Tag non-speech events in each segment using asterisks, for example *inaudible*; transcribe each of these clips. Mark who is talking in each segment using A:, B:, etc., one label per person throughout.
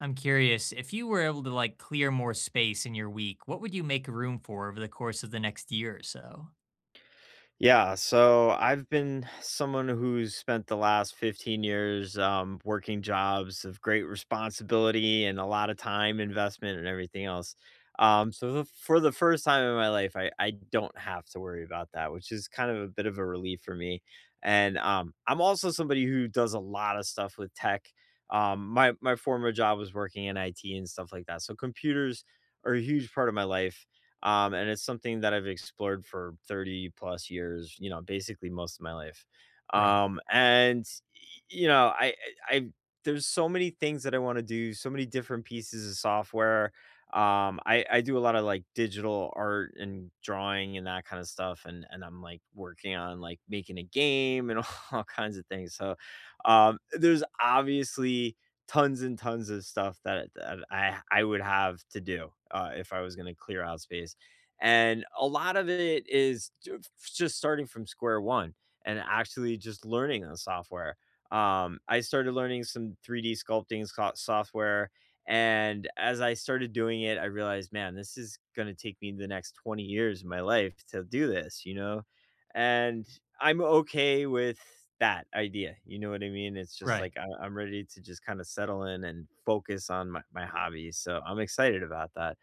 A: I'm curious, if you were able to clear more space in your week, what would you make room for over the course of the next year or so?
B: Yeah, so I've been someone who's spent the last 15 years working jobs of great responsibility and a lot of time investment and everything else. For the first time in my life, I don't have to worry about that, which is kind of a bit of a relief for me. And I'm also somebody who does a lot of stuff with tech. My former job was working in IT and stuff like that. So computers are a huge part of my life. And it's something that I've explored for 30 plus years, you know, basically most of my life.
A: Right.
B: And you know, I- There's so many things that I want to do, so many different pieces of software. I do a lot of like digital art and drawing and that kind of stuff. And I'm like working on like making a game and *laughs* all kinds of things. So, there's obviously tons and tons of stuff that, that I would have to do, if I was going to clear out space. And a lot of it is just starting from square one and actually just learning on software. I started learning some 3D sculpting software. And as I started doing it, I realized, man, this is going to take me the next 20 years of my life to do this, you know? And I'm okay with that idea. You know what I mean? It's just
A: Right.
B: like I'm ready to just kind of settle in and focus on my hobbies. So I'm excited about that.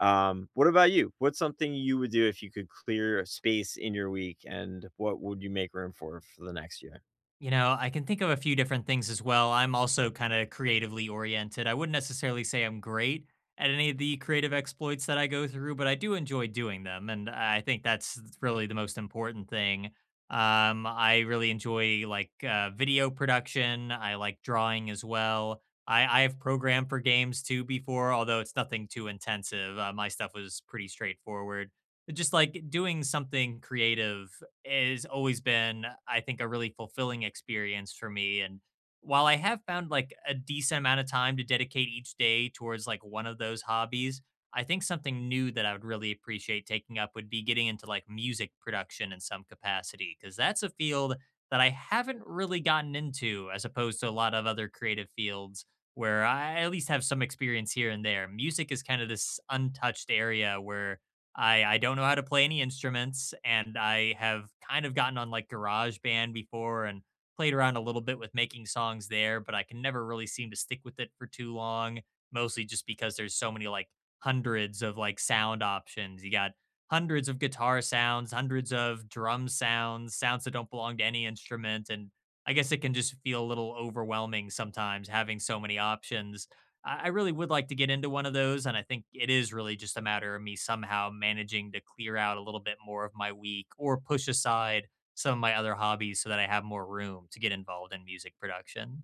B: What about you? What's something you would do if you could clear a space in your week, and what would you make room for the next year?
A: You know, I can think of a few different things as well. I'm also kind of creatively oriented. I wouldn't necessarily say I'm great at any of the creative exploits that I go through, but I do enjoy doing them. And I think that's really the most important thing. I really enjoy video production. I like drawing as well. I have programmed for games too before, although it's nothing too intensive. My stuff was pretty straightforward. But just like doing something creative has always been, I think, a really fulfilling experience for me. And while I have found like a decent amount of time to dedicate each day towards like one of those hobbies, I think something new that I would really appreciate taking up would be getting into like music production in some capacity, because that's a field that I haven't really gotten into as opposed to a lot of other creative fields where I at least have some experience here and there. Music is kind of this untouched area where I don't know how to play any instruments, and I have kind of gotten on like GarageBand before and played around a little bit with making songs there, but I can never really seem to stick with it for too long, mostly just because there's so many hundreds of like sound options. You got hundreds of guitar sounds, hundreds of drum sounds, sounds that don't belong to any instrument, and I guess it can just feel a little overwhelming sometimes having so many options. I really would like to get into one of those, and I think it is really just a matter of me somehow managing to clear out a little bit more of my week or push aside some of my other hobbies so that I have more room to get involved in music production.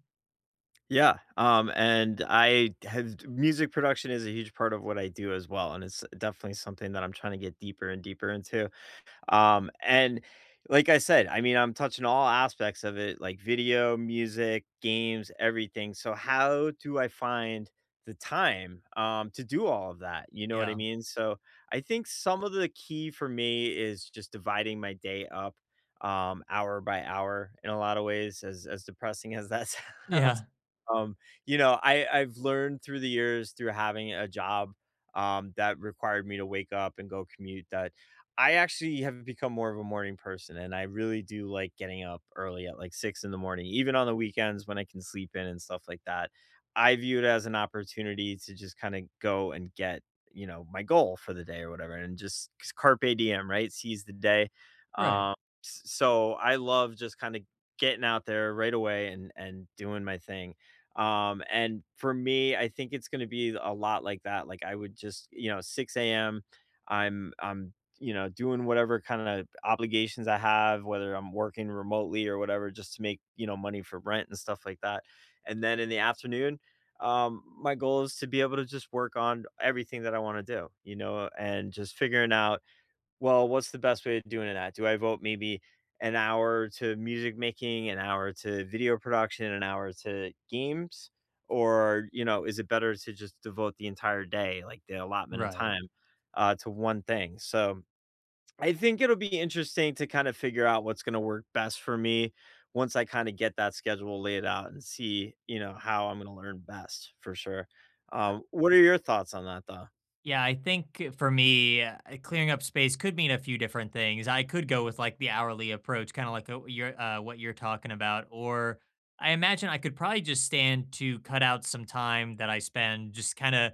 B: Yeah, and I have music production is a huge part of what I do as well, and it's definitely something that I'm trying to get deeper and deeper into. And like I said, I mean, I'm touching all aspects of it, like video, music, games, everything. So how do I find the time to do all of that? You know what I
A: Yeah.
B: mean? So I think some of the key for me is just dividing my day up hour by hour in a lot of ways, as depressing as that *laughs* sounds.
A: Yeah.
B: Um, you know, I've learned through the years through having a job that required me to wake up and go commute that I actually have become more of a morning person, and I really do like getting up early at like 6 in the morning, even on the weekends when I can sleep in and stuff like that. I view it as an opportunity to just kind of go and get, you know, my goal for the day or whatever, and just 'cause carpe diem, right? Seize the day.
A: Right.
B: Um, so I love just kind of getting out there right away and doing my thing. And for me, I think it's going to be a lot like that. Like I would just, you know, 6 a.m. I'm you know, doing whatever kind of obligations I have, whether I'm working remotely or whatever, just to make, you know, money for rent and stuff like that. And then in the afternoon, my goal is to be able to just work on everything that I want to do, you know, and just figuring out, well, what's the best way of doing that? Do I vote maybe an hour to music making, an hour to video production, an hour to games? Or, you know, is it better to just devote the entire day, like the allotment of
A: Right.
B: time, to one thing? So I think it'll be interesting to kind of figure out what's going to work best for me once I kind of get that schedule laid out and see, you know, how I'm going to learn best for sure. What are your thoughts on that, though?
A: Yeah, I think for me, clearing up space could mean a few different things. I could go with like the hourly approach, kind of like what you're talking about, or I imagine I could probably just stand to cut out some time that I spend just kind of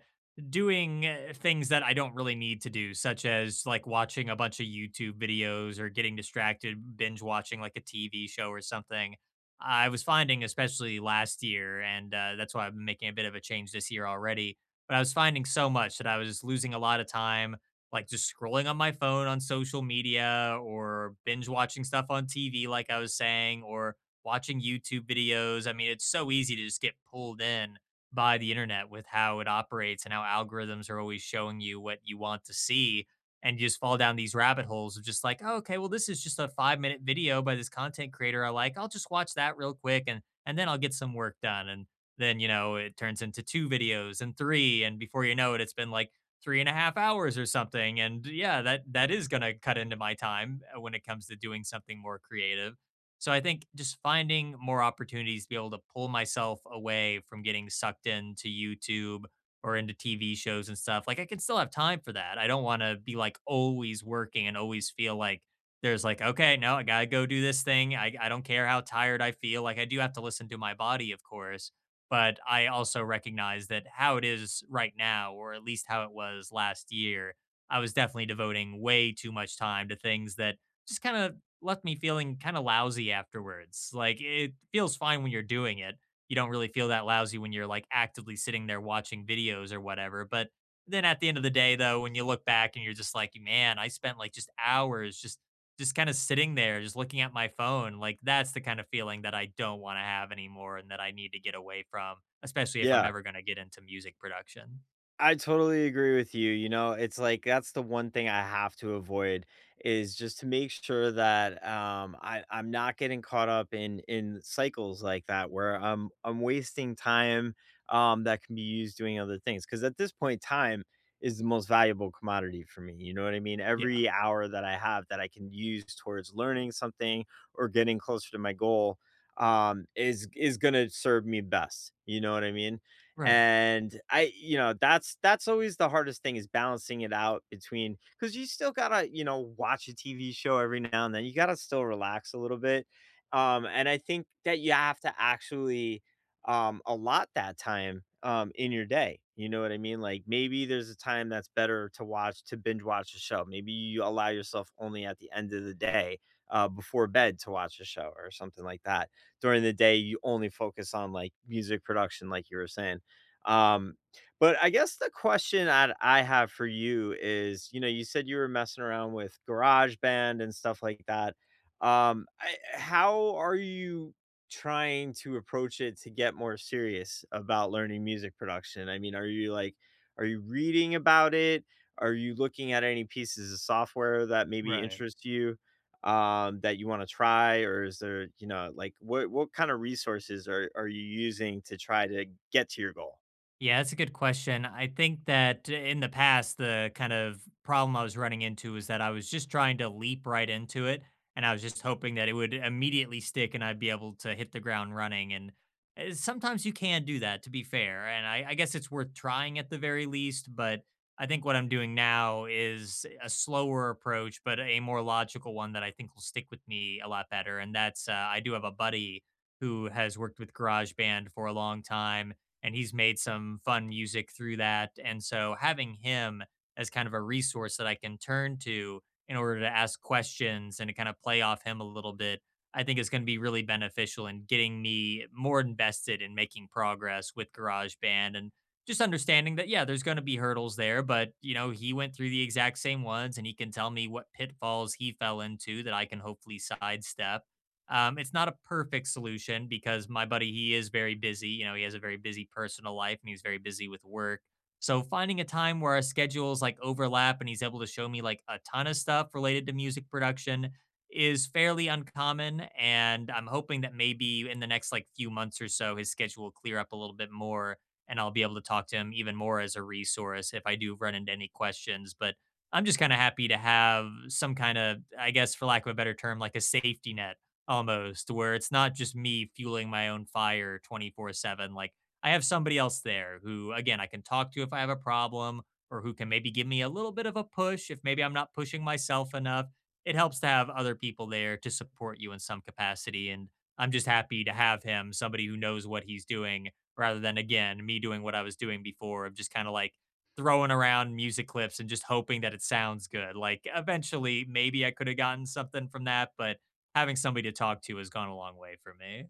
A: doing things that I don't really need to do, such as like watching a bunch of YouTube videos or getting distracted, binge watching like a TV show or something. I was finding, especially last year, and that's why I'm making a bit of a change this year already, but I was finding so much that I was losing a lot of time, like just scrolling on my phone on social media or binge watching stuff on TV, like I was saying, or watching YouTube videos. I mean, it's so easy to just get pulled in by the internet with how it operates and how algorithms are always showing you what you want to see. And you just fall down these rabbit holes of just like, oh, okay, well, this is just a 5 minute video by this content creator I like. I'll just watch that real quick and then I'll get some work done. And then you know it turns into two videos and three, and before you know it, it's been like three and a half hours or something. And yeah, that is going to cut into my time when it comes to doing something more creative. So I think just finding more opportunities to be able to pull myself away from getting sucked into YouTube or into TV shows and stuff, like I can still have time for that. I don't want to be like always working and always feel like there's like, okay, no, I gotta go do this thing. I don't care how tired I feel, like I do have to listen to my body, of course, but I also recognize that how it is right now, or at least how it was last year, I was definitely devoting way too much time to things that just kind of left me feeling kind of lousy afterwards. Like, it feels fine when you're doing it. You don't really feel that lousy when you're like actively sitting there watching videos or whatever. But then at the end of the day, though, when you look back and you're just like, man, I spent like just hours just kind of sitting there, just looking at my phone, like that's the kind of feeling that I don't want to have anymore and that I need to get away from, especially if I'm
B: Yeah.
A: ever going to get into music production.
B: I totally agree with you. You know, it's like that's the one thing I have to avoid is just to make sure that I'm not getting caught up in cycles like that where I'm wasting time that can be used doing other things. Cause at this point, time is the most valuable commodity for me. You know what I mean?
A: Yeah.
B: Every hour that I have that I can use towards learning something or getting closer to my goal is gonna serve me best. You know what I mean?
A: Right.
B: And I you know that's always the hardest thing is balancing it out between because you still gotta you know watch a tv show every now and then you gotta still relax a little bit and I think that you have to actually allot that time in your day you know what I mean like maybe there's a time that's better to watch to binge watch a show maybe you allow yourself only at the end of the day before bed to watch a show or something like that during the day you only focus on like music production like you were saying um, but I guess the question I have for you is, you know, you said you were messing around with GarageBand and stuff like that. How are you trying to approach it to get more serious about learning music production? I mean, are you like, are you reading about it? Are you looking at any pieces of software that maybe
A: Right.
B: interest you? That you want to try or is there you know like what kind of resources are you using to try to get to your goal.
A: Yeah, that's a good question. I think that in the past, the kind of problem I was running into was that I was just trying to leap right into it. And I was just hoping that it would immediately stick and I'd be able to hit the ground running. And sometimes you can do that, to be fair. And I guess it's worth trying at the very least. But I think what I'm doing now is a slower approach, but a more logical one that I think will stick with me a lot better. And that's I do have a buddy who has worked with GarageBand for a long time and he's made some fun music through that. And so having him as kind of a resource that I can turn to in order to ask questions and to kind of play off him a little bit, I think is going to be really beneficial in getting me more invested in making progress with GarageBand and just understanding that yeah, there's going to be hurdles there, but you know, he went through the exact same ones and he can tell me what pitfalls he fell into that I can hopefully sidestep. It's not a perfect solution because my buddy, he is very busy. You know, he has a very busy personal life and he's very busy with work. So finding a time where our schedules like overlap and he's able to show me like a ton of stuff related to music production is fairly uncommon. And I'm hoping that maybe in the next like few months or so, his schedule will clear up a little bit more and I'll be able to talk to him even more as a resource if I do run into any questions. But I'm just kind of happy to have some kind of, I guess, for lack of a better term, like a safety net, almost, where it's not just me fueling my own fire 24/7. Like, I have somebody else there who, again, I can talk to if I have a problem, or who can maybe give me a little bit of a push if maybe I'm not pushing myself enough. It helps to have other people there to support you in some capacity. And I'm just happy to have him, somebody who knows what he's doing, rather than again me doing what I was doing before, of just kind of like throwing around music clips and just hoping that it sounds good. Like, eventually maybe I could have gotten something from that, but having somebody to talk to has gone a long way for me.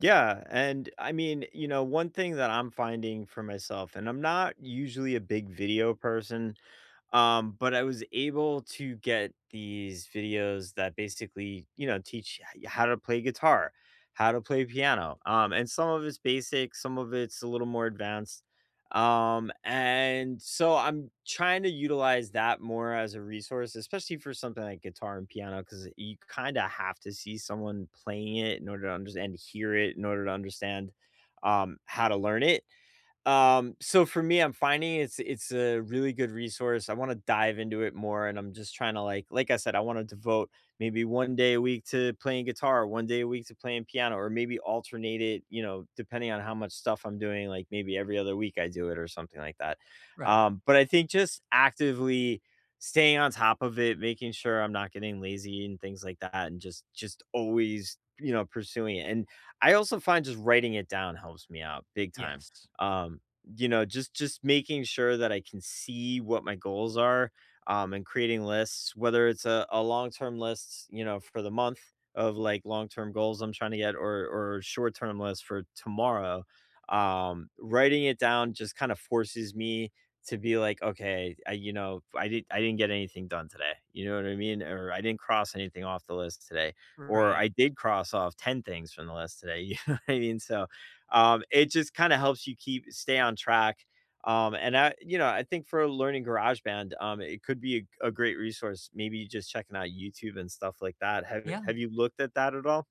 B: Yeah, and I mean, you know, one thing that I'm finding for myself, and I'm not usually a big video person, but I was able to get these videos that basically, you know, teach how to play guitar, how to play piano. And some of it's basic, some of it's a little more advanced. And so I'm trying to utilize that more as a resource, especially for something like guitar and piano, because you kind of have to see someone playing it in order to understand, and hear it in order to understand how to learn it so for me, I'm finding it's a really good resource. I wanna dive into it more, and I'm just trying to, like I said, I wanna devote maybe one day a week to playing guitar, one day a week to playing piano, or maybe alternate it, you know, depending on how much stuff I'm doing, like, maybe every other week I do it or something like that.
A: Right.
B: But I think just actively staying on top of it, making sure I'm not getting lazy and things like that, and just always, you know, pursuing it, and I also find just writing it down helps me out big time.
A: Yes.
B: Um, you know, just making sure that I can see what my goals are, and creating lists, whether it's a long-term list, you know, for the month of like long-term goals I'm trying to get or short-term list for tomorrow. Writing it down just kind of forces me to be like, okay, I, you know, I did I didn't get anything done today. You know what I mean? Or I didn't cross anything off the list today. Or
A: Right.
B: I did cross off 10 things from the list today. *laughs* You know what I mean? So it just kind of helps you keep stay on track. And I, you know, I think for learning GarageBand, it could be a great resource. Maybe just checking out YouTube and stuff like that.
A: Yeah.
B: Have you looked at that at all?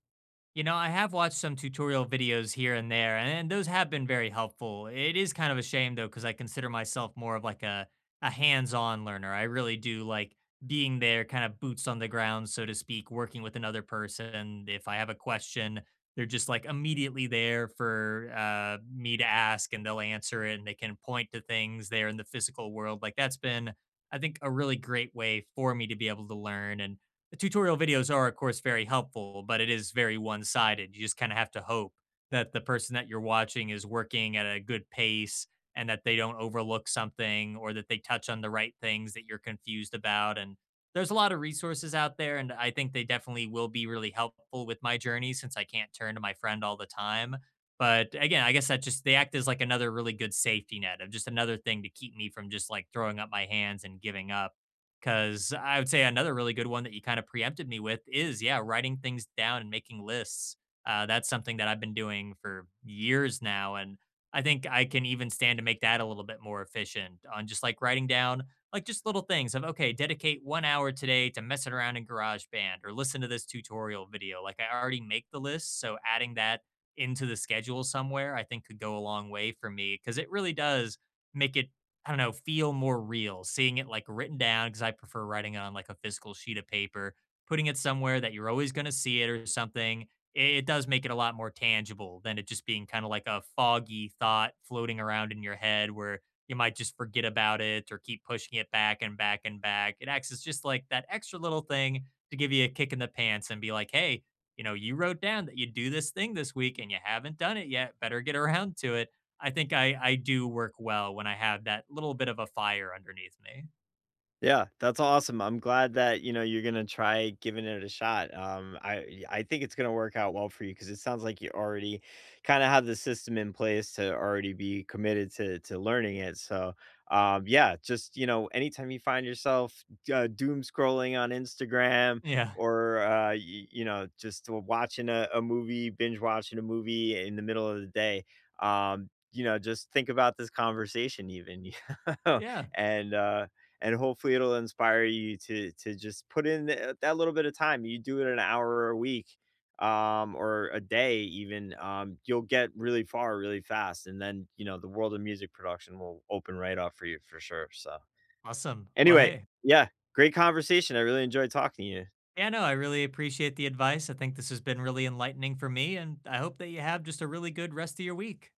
A: You know, I have watched some tutorial videos here and there, and those have been very helpful. It is kind of a shame though, because I consider myself more of like a hands-on learner. I really do like being there, kind of boots on the ground, so to speak, working with another person. If I have a question, they're just like immediately there for me to ask, and they'll answer it, and they can point to things there in the physical world. Like, that's been, I think, a really great way for me to be able to learn. And the tutorial videos are of course very helpful, but it is very one-sided. You just kind of have to hope that the person that you're watching is working at a good pace and that they don't overlook something, or that they touch on the right things that you're confused about. And there's a lot of resources out there, and I think they definitely will be really helpful with my journey, since I can't turn to my friend all the time. But again, I guess that just they act as like another really good safety net, of just another thing to keep me from just like throwing up my hands and giving up. Because I would say another really good one that you kind of preempted me with is, yeah, writing things down and making lists. That's something that I've been doing for years now. And I think I can even stand to make that a little bit more efficient, on just like writing down like just little things of, okay, dedicate 1 hour today to messing around in GarageBand, or listen to this tutorial video. Like, I already make the list. So adding that into the schedule somewhere, I think could go a long way for me, because it really does make it, I don't know, feel more real seeing it, like, written down, because I prefer writing it on, like, a physical sheet of paper, putting it somewhere that you're always gonna see it or something. It does make it a lot more tangible than it just being kinda like a foggy thought floating around in your head, where you might just forget about it or keep pushing it back and back and back. It acts as just like that extra little thing to give you a kick in the pants and be like, "Hey, you know, you wrote down that you'd do this thing this week and you haven't done it yet. Better get around to it." I think I do work well when I have that little bit of a fire underneath me.
B: Yeah, that's awesome. I'm glad that, you know, you're gonna try giving it a shot. I think it's gonna work out well for you because it sounds like you already kind of have the system in place to already be committed to learning it. So, yeah, just you know, anytime you find yourself doom scrolling on Instagram
A: Yeah.
B: or you know, just watching a movie, binge watching a movie in the middle of the day, you know, just think about this conversation even, *laughs* you know,
A: Yeah.
B: and hopefully it'll inspire you to just put in that little bit of time. You do it an hour a week or a day even you'll get really far really fast and then you know the world of music production will open right up for you for sure so
A: Awesome. Well,
B: anyway
A: hey.
B: yeah great conversation I really enjoyed talking to you
A: Yeah, no, I really appreciate the advice. I think this has been really enlightening for me, and I hope that you have just a really good rest of your week.